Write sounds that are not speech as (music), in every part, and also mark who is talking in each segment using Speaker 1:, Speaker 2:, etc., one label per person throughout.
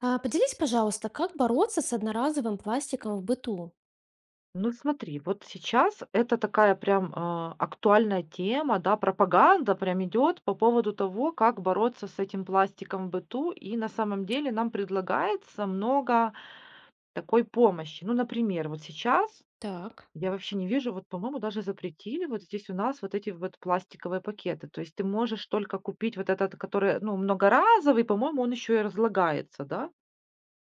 Speaker 1: Поделись, пожалуйста, как бороться с одноразовым пластиком в быту?
Speaker 2: Ну смотри, вот сейчас это такая прям, актуальная тема, да, пропаганда прям идет по поводу того, как бороться с этим пластиком в быту. И на самом деле нам предлагается много такой помощи. Ну, например, вот сейчас
Speaker 1: Так.
Speaker 2: я вообще не вижу, вот, по-моему, даже запретили вот здесь у нас вот эти вот пластиковые пакеты. То есть ты можешь только купить вот этот, который, ну, многоразовый, по-моему, он еще и разлагается, да?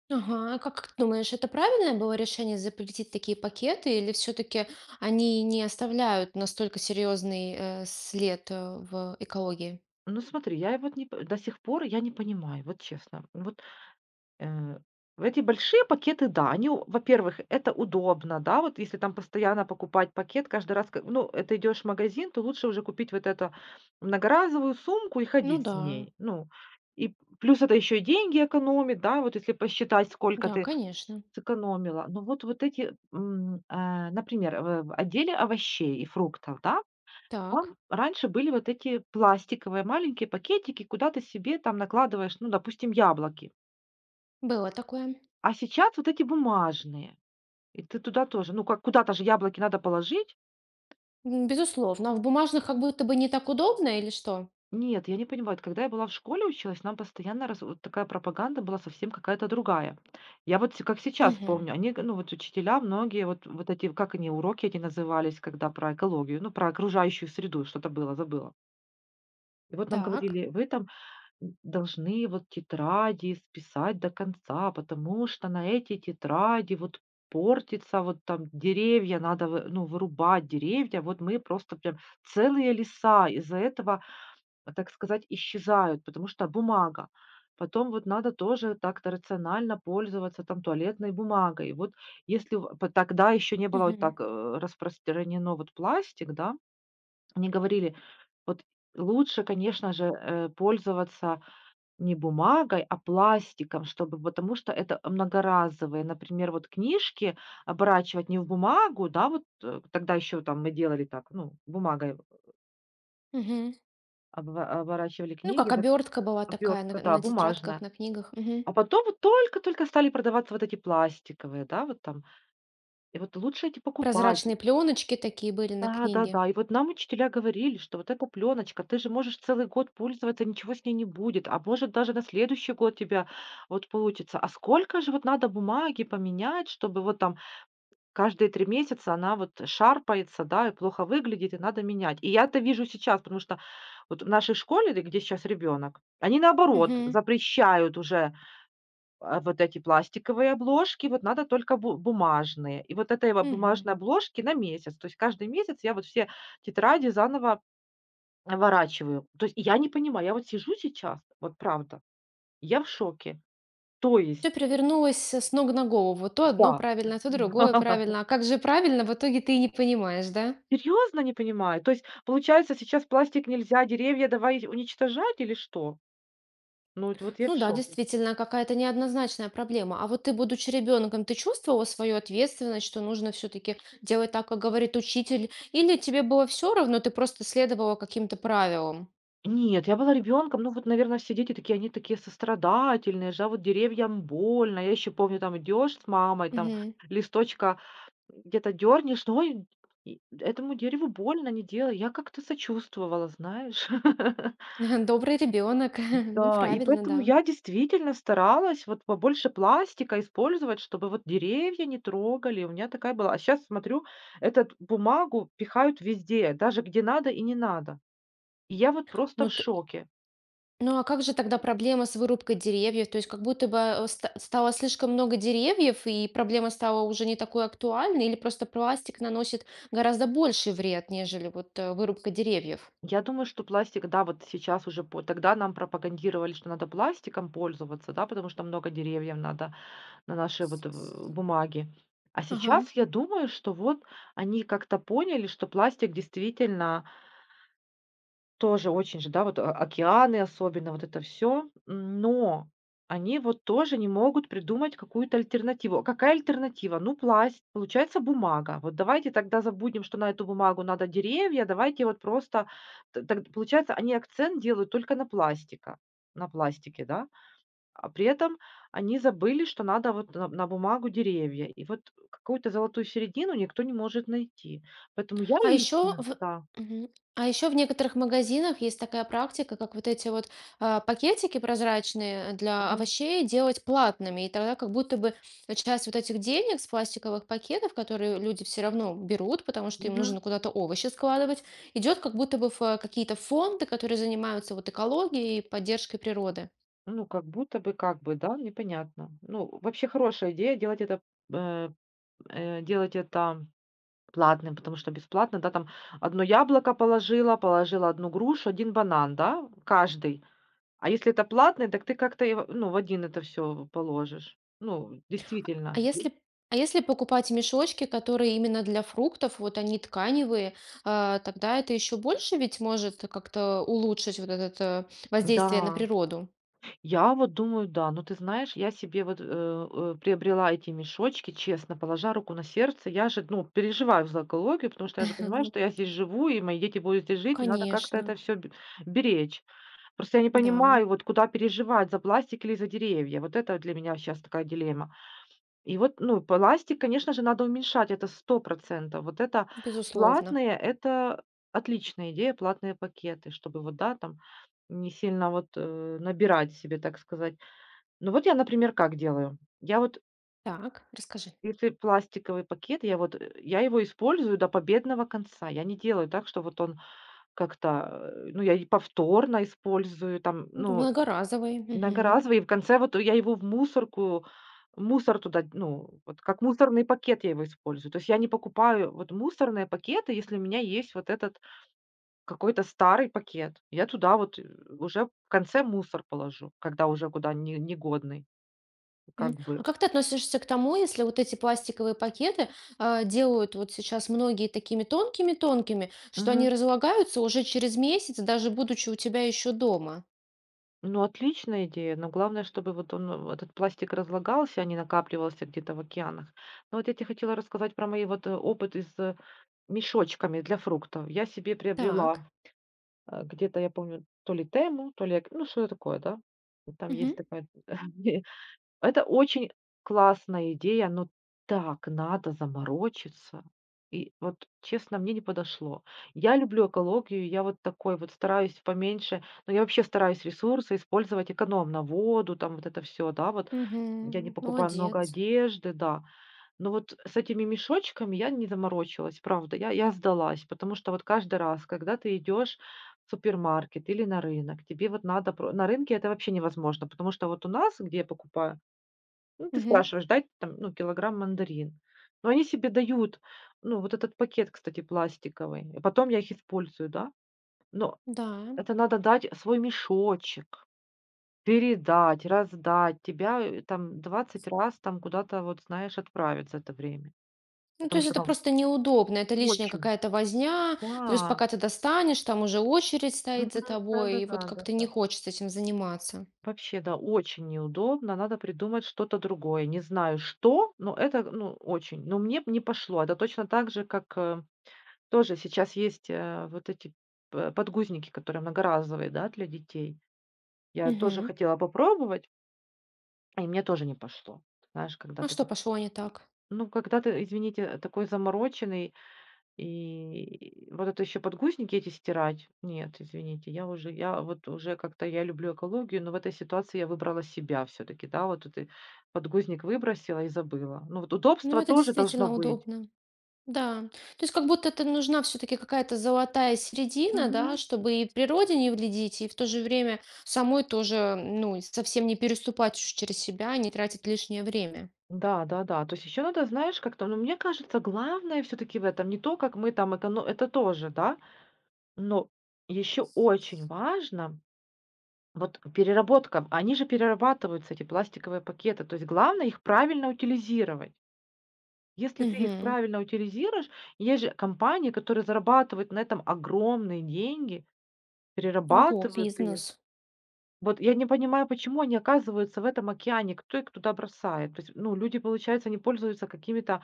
Speaker 1: Ага, а как ты думаешь, это правильное было решение запретить такие пакеты, или все-таки они не оставляют настолько серьезный след в экологии?
Speaker 2: Ну смотри, я вот не п до сих пор я не понимаю, вот честно. Вот. Э, в эти большие пакеты, да, они, у во-первых, это удобно, да, вот если там постоянно покупать пакет каждый раз, ка ну, это идешь в магазин, то лучше уже купить вот это многоразовую сумку и
Speaker 1: Ну
Speaker 2: ходить с
Speaker 1: да,
Speaker 2: ней. Ну, и плюс это еще и деньги экономит, да, вот если посчитать, сколько
Speaker 1: да,
Speaker 2: ты
Speaker 1: конечно.
Speaker 2: сэкономила. Но вот эти, например, в отделе овощей и фруктов, да,
Speaker 1: Так,
Speaker 2: там раньше были вот эти пластиковые маленькие пакетики, куда ты себе там накладываешь, ну, допустим, яблоки.
Speaker 1: было такое.
Speaker 2: А сейчас вот эти бумажные. И ты туда тоже, ну, как куда-то же яблоки надо положить.
Speaker 1: М, безусловно. А в бумажных как будто бы не так удобно, или что?
Speaker 2: Нет, я не понимаю, это когда я была в школе училась, нам постоянно раз вот такая пропаганда была совсем какая-то другая. Я вот как сейчас
Speaker 1: Угу.
Speaker 2: помню, они, ну вот учителя многие, вот эти, как они, уроки эти назывались, когда про экологию, ну про окружающую среду что-то было, забыла. И вот нам
Speaker 1: Так.
Speaker 2: говорили, вы там должны вот тетради списать до конца, потому что на эти тетради вот портится, вот там деревья надо, вы ну, вырубать деревья. Вот мы просто прям целые леса из-за этого, так сказать, исчезают, потому что бумага. Потом вот надо тоже так-то рационально пользоваться там туалетной бумагой. Вот если в по тогда еще не было вот
Speaker 1: Угу.
Speaker 2: так, распространено вот пластик, да. Они говорили, вот лучше, конечно же, пользоваться не бумагой, а пластиком, чтобы потому что это многоразовые. Например, вот книжки оборачивать не в бумагу, да, вот, тогда еще там мы делали так, ну, бумагой
Speaker 1: Угу.
Speaker 2: обва оборачивали
Speaker 1: Ну, как
Speaker 2: книги, вот
Speaker 1: обертка была такая
Speaker 2: обертка да,
Speaker 1: на тетрадках,
Speaker 2: бумажная.
Speaker 1: на книгах. Мгм.
Speaker 2: А потом вот только-только стали продаваться вот эти пластиковые, да, вот там. И вот лучше эти покупать.
Speaker 1: Прозрачные пленочки такие были на книге.
Speaker 2: Да-да-да. И вот нам учителя говорили, что вот эта пленочка, ты же можешь целый год пользоваться, ничего с ней не будет, а может даже на следующий год тебя вот получится. А сколько же вот надо бумаги поменять, чтобы вот там каждые 3 месяца она вот шарпается, да, и плохо выглядит, и надо менять. И я это вижу сейчас, потому что вот в нашей школе, где сейчас ребенок, они наоборот
Speaker 1: Мгм,
Speaker 2: запрещают уже вот эти пластиковые обложки, вот надо только бу бумажные. И вот этой вот
Speaker 1: мгм.
Speaker 2: бумажной обложки на месяц. То есть каждый месяц я вот все тетради заново наворачиваю. То есть я не понимаю, я вот сижу сейчас, вот правда, я в шоке. То
Speaker 1: Всё
Speaker 2: есть,
Speaker 1: перевернулось с ног на голову. То одно
Speaker 2: да.
Speaker 1: правильно, то другое
Speaker 2: (laughs)
Speaker 1: правильно. А как же правильно, в итоге ты и не понимаешь, да?
Speaker 2: Серьезно не понимаю? То есть, получается, сейчас пластик нельзя, деревья давай уничтожать или что? Ну, вот я в
Speaker 1: Ну да,
Speaker 2: шоке.
Speaker 1: действительно, какая-то неоднозначная проблема. А вот ты, будучи ребенком, ты чувствовала свою ответственность, что нужно все-таки делать так, как говорит учитель? Или тебе было все равно, ты просто следовала каким-то правилам?
Speaker 2: Нет, я была ребенком, ну вот, наверное, все дети такие, они такие сострадательные же, да, вот деревьям больно. Я еще помню, там идешь с мамой, там
Speaker 1: Мгм.
Speaker 2: листочка где-то дернешь, ну ой, и этому дереву больно, не делай. Я как-то сочувствовала, знаешь. (laughs)
Speaker 1: (laughs) Добрый ребенок. (laughs) Ну,
Speaker 2: Да, и
Speaker 1: правильно,
Speaker 2: поэтому
Speaker 1: да.
Speaker 2: я действительно старалась вот побольше пластика использовать, чтобы вот деревья не трогали. У меня такая была. А сейчас смотрю, эту бумагу пихают везде, даже где надо и не надо. И я вот просто в
Speaker 1: Ну,
Speaker 2: шоке.
Speaker 1: ну а как же тогда проблема с вырубкой деревьев? То есть как будто бы стало слишком много деревьев, и проблема стала уже не такой актуальной, или просто пластик наносит гораздо больший вред, нежели вот вырубка деревьев?
Speaker 2: Я думаю, что пластик, да, вот сейчас уже по тогда нам пропагандировали, что надо пластиком пользоваться, да, потому что много деревьев надо на нашей вот в бумаге. А
Speaker 1: Ага.
Speaker 2: сейчас я думаю, что вот они как-то поняли, что пластик действительно тоже очень же, да, вот, океаны особенно, вот это все но они вот тоже не могут придумать какую-то альтернативу. А какая альтернатива? Ну, получается бумага. Вот давайте тогда забудем, что на эту бумагу надо деревья, давайте вот просто т так получается, они акцент делают только на пластике, да, а при этом они забыли, что надо вот на бумагу деревья. И вот какую-то золотую середину никто не может найти. Поэтому я
Speaker 1: А еще
Speaker 2: лично
Speaker 1: в
Speaker 2: да.
Speaker 1: мгм. А еще в некоторых магазинах есть такая практика, как вот эти вот пакетики прозрачные для
Speaker 2: Ага.
Speaker 1: овощей делать платными. И тогда как будто бы часть вот этих денег с пластиковых пакетов, которые люди все равно берут, потому что им нужно куда-то овощи складывать, идет как будто бы в какие-то фонды, которые занимаются вот экологией и поддержкой природы.
Speaker 2: Ну, как будто бы, как бы, да, непонятно. Ну, вообще хорошая идея делать это, э, э, делать это платным, потому что бесплатно, да, там одно яблоко положила, положила одну грушу, один банан, да, каждый. А если это платный, так ты как-то, ну, в один это все положишь. Ну,
Speaker 1: А
Speaker 2: действительно.
Speaker 1: если а если покупать мешочки, которые именно для фруктов, вот они тканевые, тогда это еще больше ведь может как-то улучшить вот это воздействие на
Speaker 2: Да.
Speaker 1: природу?
Speaker 2: Я вот думаю, да. Но ты знаешь, я себе вот, приобрела эти мешочки, честно, положа руку на сердце. Я же, ну, переживаю за экологию, потому что я же
Speaker 1: (laughs)
Speaker 2: понимаю,
Speaker 1: Ну,
Speaker 2: что я здесь живу, и мои дети будут здесь жить, и надо как-то
Speaker 1: конечно,
Speaker 2: это все беречь. Просто я не
Speaker 1: да,
Speaker 2: понимаю, вот куда переживать, за пластик или за деревья. Вот это для меня сейчас такая дилемма. И вот, ну, пластик, конечно же, надо уменьшать, это 100%. Вот это
Speaker 1: безусловно.
Speaker 2: платные, это отличная идея, платные пакеты, чтобы вот, да, там не сильно вот набирать себе, так сказать, ну вот я, например, как делаю. Я вот,
Speaker 1: Так, расскажи.
Speaker 2: если пластиковый пакет, я вот, я его использую до победного конца. Я не делаю так, что вот он как-то, ну, я и повторно использую, там,
Speaker 1: Ну, да,
Speaker 2: ну,
Speaker 1: многоразовые. Мгм.
Speaker 2: многоразовый, и в конце вот я его в мусорку, мусор туда, ну, вот как мусорный пакет я его использую. То есть я не покупаю вот мусорные пакеты, если у меня есть вот этот какой-то старый пакет. Я туда вот уже в конце мусор положу, когда уже куда не, негодный,
Speaker 1: Мгм.
Speaker 2: как
Speaker 1: А
Speaker 2: бы.
Speaker 1: как ты относишься к тому, если вот эти пластиковые пакеты делают вот сейчас многие такими тонкими-тонкими, что они
Speaker 2: Мгм.
Speaker 1: разлагаются уже через месяц, даже будучи у тебя еще дома?
Speaker 2: Ну, отличная идея, но главное, чтобы вот он, этот пластик разлагался, а не накапливался где-то в океанах. Но вот я тебе хотела рассказать про мой вот опыт мешочками для фруктов. Я себе
Speaker 1: Так.
Speaker 2: приобрела где-то, я помню, то ли тему, то ли, ну, что такое, да? Там
Speaker 1: Мгм.
Speaker 2: есть такая. (laughs) Это очень классная идея, но так надо заморочиться. И вот, честно, мне не подошло. Я люблю экологию, я вот такой вот стараюсь поменьше, но я вообще стараюсь ресурсы использовать экономно, воду, там вот это все, да, вот я не
Speaker 1: Мгм.
Speaker 2: покупаю много
Speaker 1: Молодец.
Speaker 2: одежды, да. Но вот с этими мешочками я не заморочилась, правда, я сдалась, потому что вот каждый раз, когда ты идешь в супермаркет или на рынок, тебе вот надо, на рынке это вообще невозможно, потому что вот у нас, где я покупаю, ну, ты
Speaker 1: Мгм.
Speaker 2: спрашиваешь: "Дать там, ну, килограмм мандарин". Но они себе дают, ну, вот этот пакет, кстати, пластиковый, и потом я их использую, да. Но
Speaker 1: Да.
Speaker 2: это надо дать свой мешочек, передать, раздать. Тебя, там 20 раз там куда-то, вот знаешь, отправят за это время.
Speaker 1: Ну, то
Speaker 2: Потому
Speaker 1: есть
Speaker 2: что
Speaker 1: это
Speaker 2: там
Speaker 1: просто неудобно, это лишняя
Speaker 2: очень.
Speaker 1: какая-то возня, плюс
Speaker 2: Да,
Speaker 1: пока ты достанешь, там уже очередь стоит за
Speaker 2: мгм,
Speaker 1: тобой, и
Speaker 2: да-да-да,
Speaker 1: вот как-то не
Speaker 2: да-да.
Speaker 1: хочется этим заниматься.
Speaker 2: Вообще, да, очень неудобно, надо придумать что-то другое. Не знаю что, но это, ну, очень. Но мне б не пошло. Это точно так же, как, Тоже сейчас есть, вот эти п подгузники, которые многоразовые, да, для детей. Я тоже
Speaker 1: Мгм.
Speaker 2: хотела попробовать, и мне тоже не пошло. Знаешь, когда
Speaker 1: А
Speaker 2: ты
Speaker 1: что
Speaker 2: п
Speaker 1: пошло не так?
Speaker 2: ну, когда ты, извините, такой замороченный, и вот это еще подгузники эти стирать. Нет, извините, я уже я вот уже как-то я люблю экологию, но в этой ситуации я выбрала себя все-таки, да. Вот ты подгузник выбросила и забыла. Ну, вот
Speaker 1: Ну,
Speaker 2: удобство
Speaker 1: это
Speaker 2: тоже должно
Speaker 1: действительно
Speaker 2: быть.
Speaker 1: удобно. Да. То есть как будто это нужна все-таки какая-то золотая середина, да, чтобы и природе не вредить, и в то же время самой тоже, ну, совсем не переступать уж через себя, не тратить лишнее время.
Speaker 2: Да, да-да. То есть еще надо, знаешь, как-то, ну, мне кажется, главное все-таки в этом не то, как мы там эконо это тоже, да, но еще очень важно вот переработка. Они же перерабатываются, эти пластиковые пакеты. То есть главное их правильно утилизировать. Если ты их
Speaker 1: Мгм.
Speaker 2: правильно утилизируешь, есть же компании, которые зарабатывают на этом огромные деньги,
Speaker 1: Ого,
Speaker 2: перерабатывают их.
Speaker 1: бизнес.
Speaker 2: Вот я не понимаю, почему они оказываются в этом океане, кто их туда бросает. То есть, ну, люди, получается, не пользуются какими-то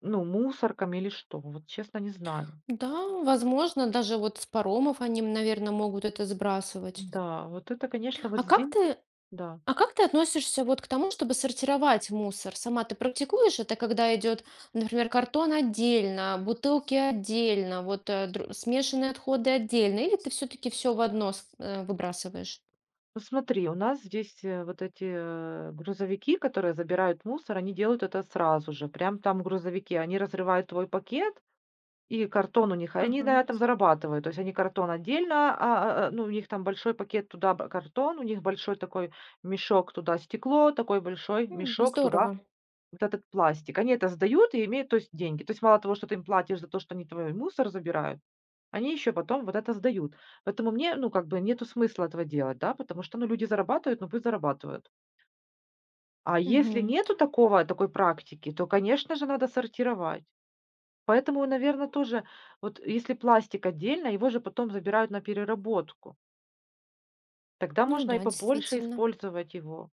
Speaker 2: Ну, мусорками или что? Вот честно не знаю.
Speaker 1: Да, возможно, даже вот с паромов они, наверное, могут это сбрасывать.
Speaker 2: Да, вот это, конечно,
Speaker 1: А
Speaker 2: вот
Speaker 1: как
Speaker 2: здесь,
Speaker 1: ты,
Speaker 2: да.
Speaker 1: а как ты относишься вот к тому, чтобы сортировать мусор? Сама ты практикуешь это, когда идет, например, картон отдельно, бутылки отдельно, вот смешанные отходы отдельно, или ты все-таки все в одно выбрасываешь?
Speaker 2: Ну смотри, у нас здесь, вот эти, грузовики, которые забирают мусор, они делают это сразу же. Прям там грузовики, они разрывают твой пакет, и картон у них, они на
Speaker 1: Ага.
Speaker 2: этом зарабатывают. То есть они картон отдельно, ну, у них там большой пакет туда б картон, у них большой такой мешок туда стекло, такой большой
Speaker 1: М,
Speaker 2: мешок туда
Speaker 1: здорово.
Speaker 2: вот этот пластик. Они это сдают и имеют, то есть деньги. То есть мало того, что ты им платишь за то, что они твой мусор забирают, они еще потом вот это сдают. Поэтому мне, ну, как бы нету смысла этого делать, да, потому что, ну, люди зарабатывают, ну, пусть зарабатывают. А если
Speaker 1: Мгм.
Speaker 2: нету такого, такой практики, то, конечно же, надо сортировать. Поэтому, наверное, тоже, вот если пластик отдельно, его же потом забирают на переработку. Тогда
Speaker 1: Ну
Speaker 2: можно и
Speaker 1: да,
Speaker 2: побольше
Speaker 1: действительно.
Speaker 2: использовать его.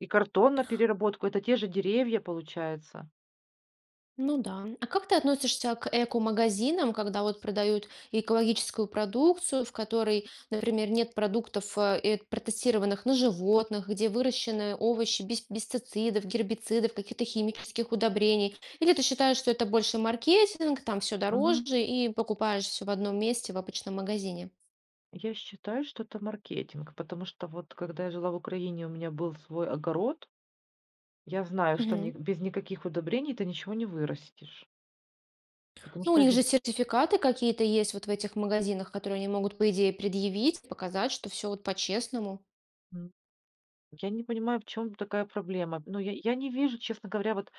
Speaker 2: И картон на переработку, это те же деревья, получается.
Speaker 1: Ну да. А как ты относишься к эко-магазинам, когда вот продают экологическую продукцию, в которой, например, нет продуктов, протестированных на животных, где выращены овощи без пестицидов, гербицидов, каких-то химических удобрений? Или ты считаешь, что это больше маркетинг, там все
Speaker 2: Мгм.
Speaker 1: дороже, и покупаешь все в одном месте в обычном магазине?
Speaker 2: Я считаю, что это маркетинг, потому что вот когда я жила в Украине, у меня был свой огород, я знаю, что ни
Speaker 1: Мгм.
Speaker 2: без никаких удобрений ты ничего не вырастешь, потому
Speaker 1: Ну, у
Speaker 2: что
Speaker 1: них
Speaker 2: зе
Speaker 1: же сертификаты какие-то есть вот в этих магазинах, которые они могут, по идее, предъявить, показать, что все вот по-честному.
Speaker 2: Мгм. Я не понимаю, в чем такая проблема. Ну, я не вижу, честно говоря, вот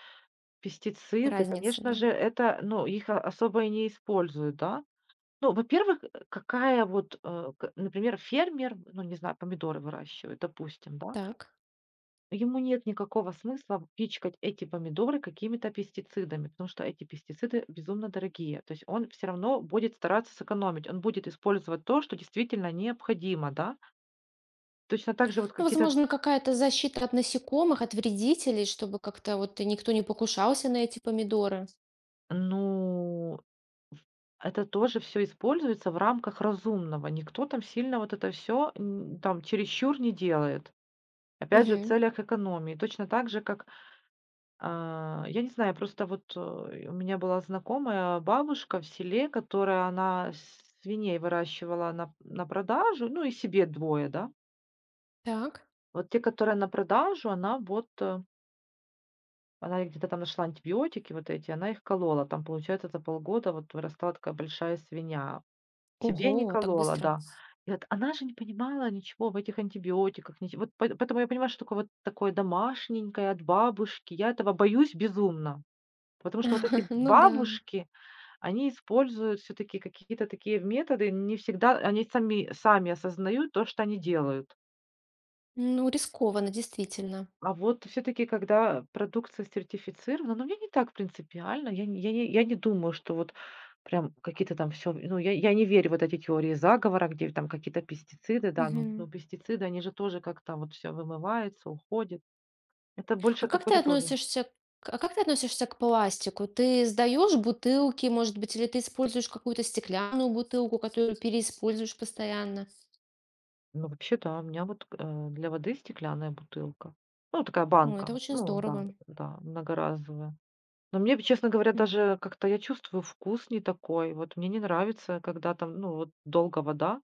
Speaker 2: пестициды,
Speaker 1: Разница,
Speaker 2: конечно
Speaker 1: да.
Speaker 2: же, это, ну, их о особо и не используют, да. Ну, во-первых, какая вот, э, к например, фермер, ну, не знаю, помидоры выращивает, допустим, да.
Speaker 1: Так.
Speaker 2: Ему нет никакого смысла пичкать эти помидоры какими-то пестицидами, потому что эти пестициды безумно дорогие. То есть он все равно будет стараться сэкономить, он будет использовать то, что действительно необходимо, да. Точно так же вот
Speaker 1: Ну,
Speaker 2: какие-то,
Speaker 1: возможно, какая-то защита от насекомых, от вредителей, чтобы как-то вот и никто не покушался на эти помидоры.
Speaker 2: ну, в- это тоже все используется в рамках разумного. Никто там сильно вот это все там чересчур не делает. Опять же, в
Speaker 1: Мгм.
Speaker 2: целях экономии. Точно так же, как. А, я не знаю, просто вот, у меня была знакомая бабушка в селе, которая она свиней выращивала на продажу, ну и себе двое, да.
Speaker 1: Так.
Speaker 2: Вот те, которые на продажу, она вот, она где-то там нашла антибиотики вот эти, она их колола. Там, получается, за полгода вот вырастала такая большая свинья. Себе не
Speaker 1: Ого, так
Speaker 2: колола,
Speaker 1: быстро.
Speaker 2: да. И вот она же не понимала ничего в этих антибиотиках, ниче вот по поэтому я понимаю, что такое вот такое домашненькое от бабушки. Я этого боюсь безумно. Потому что вот эти
Speaker 1: (laughs) Ну да.
Speaker 2: бабушки, они используют все таки какие-то такие методы, не всегда они сами осознают то, что они делают.
Speaker 1: Ну, рискованно, действительно.
Speaker 2: А вот все таки когда продукция сертифицирована, ну, мне не так принципиально. Я не думаю, что вот прям какие-то там все. Ну, я не верю в вот эти теории заговора, где там какие-то пестициды, да,
Speaker 1: Мгм.
Speaker 2: пестициды, они же тоже как-то вот все вымывается, уходит. Это
Speaker 1: А
Speaker 2: больше
Speaker 1: как ты
Speaker 2: какой-то тоже.
Speaker 1: относишься к- а как ты относишься к пластику? Ты сдаешь бутылки, может быть, или ты используешь какую-то стеклянную бутылку, которую переиспользуешь постоянно?
Speaker 2: Ну, вообще, то у меня вот, для воды стеклянная бутылка. Ну, такая
Speaker 1: О, это
Speaker 2: банка.
Speaker 1: очень
Speaker 2: Ну да,
Speaker 1: здорово.
Speaker 2: да, многоразовая. Но мне, честно говоря,
Speaker 1: Мгм.
Speaker 2: даже как-то я чувствую вкус не такой. Вот мне не нравится, когда там, ну, вот долго вода.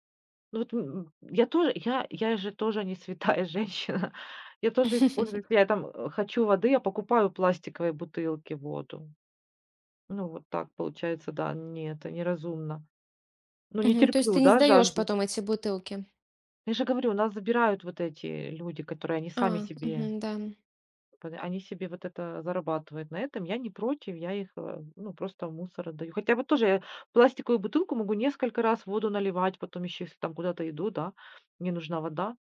Speaker 2: Ну вот, я тоже, я же тоже не святая (laughs) женщина. Я тоже использую, если
Speaker 1: (laughs)
Speaker 2: я там, хочу воды, я покупаю пластиковые бутылки воду. Ну, вот так получается, да, не это неразумно. Ну, не
Speaker 1: Мгм. То есть ты
Speaker 2: терплю,
Speaker 1: не
Speaker 2: да,
Speaker 1: сдаешь
Speaker 2: жажду.
Speaker 1: потом эти бутылки?
Speaker 2: Я же говорю, у нас забирают вот эти люди, которые они
Speaker 1: А,
Speaker 2: сами себе
Speaker 1: мгм, да.
Speaker 2: под они себе вот это зарабатывают на этом. Я не против, я их, ну, просто в мусор отдаю. Хотя вот тоже я пластиковую бутылку могу несколько раз воду наливать, потом еще, если там куда-то иду, да, мне нужна вода,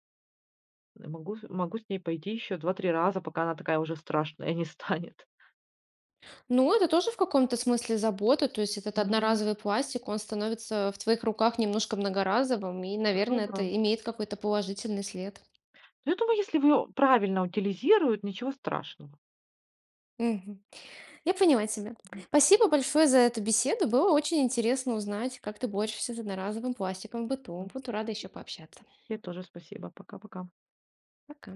Speaker 2: могу с ней пойти еще 2-3 раза, пока она такая уже страшная (laughs) не станет.
Speaker 1: Ну, это тоже в каком-то смысле забота, то есть этот
Speaker 2: Мгм.
Speaker 1: одноразовый пластик, он становится в твоих руках немножко многоразовым, и,
Speaker 2: Ну
Speaker 1: наверное,
Speaker 2: да.
Speaker 1: это имеет какой-то положительный след.
Speaker 2: Я думаю, если вы правильно утилизируют, ничего страшного.
Speaker 1: Мгм. Я поняла тебя. Спасибо большое за эту беседу. Было очень интересно узнать, как ты борешься с одноразовым пластиком в быту.
Speaker 2: Мгм.
Speaker 1: Буду рада еще пообщаться.
Speaker 2: Тебе тоже спасибо. Пока-пока.
Speaker 1: Пока.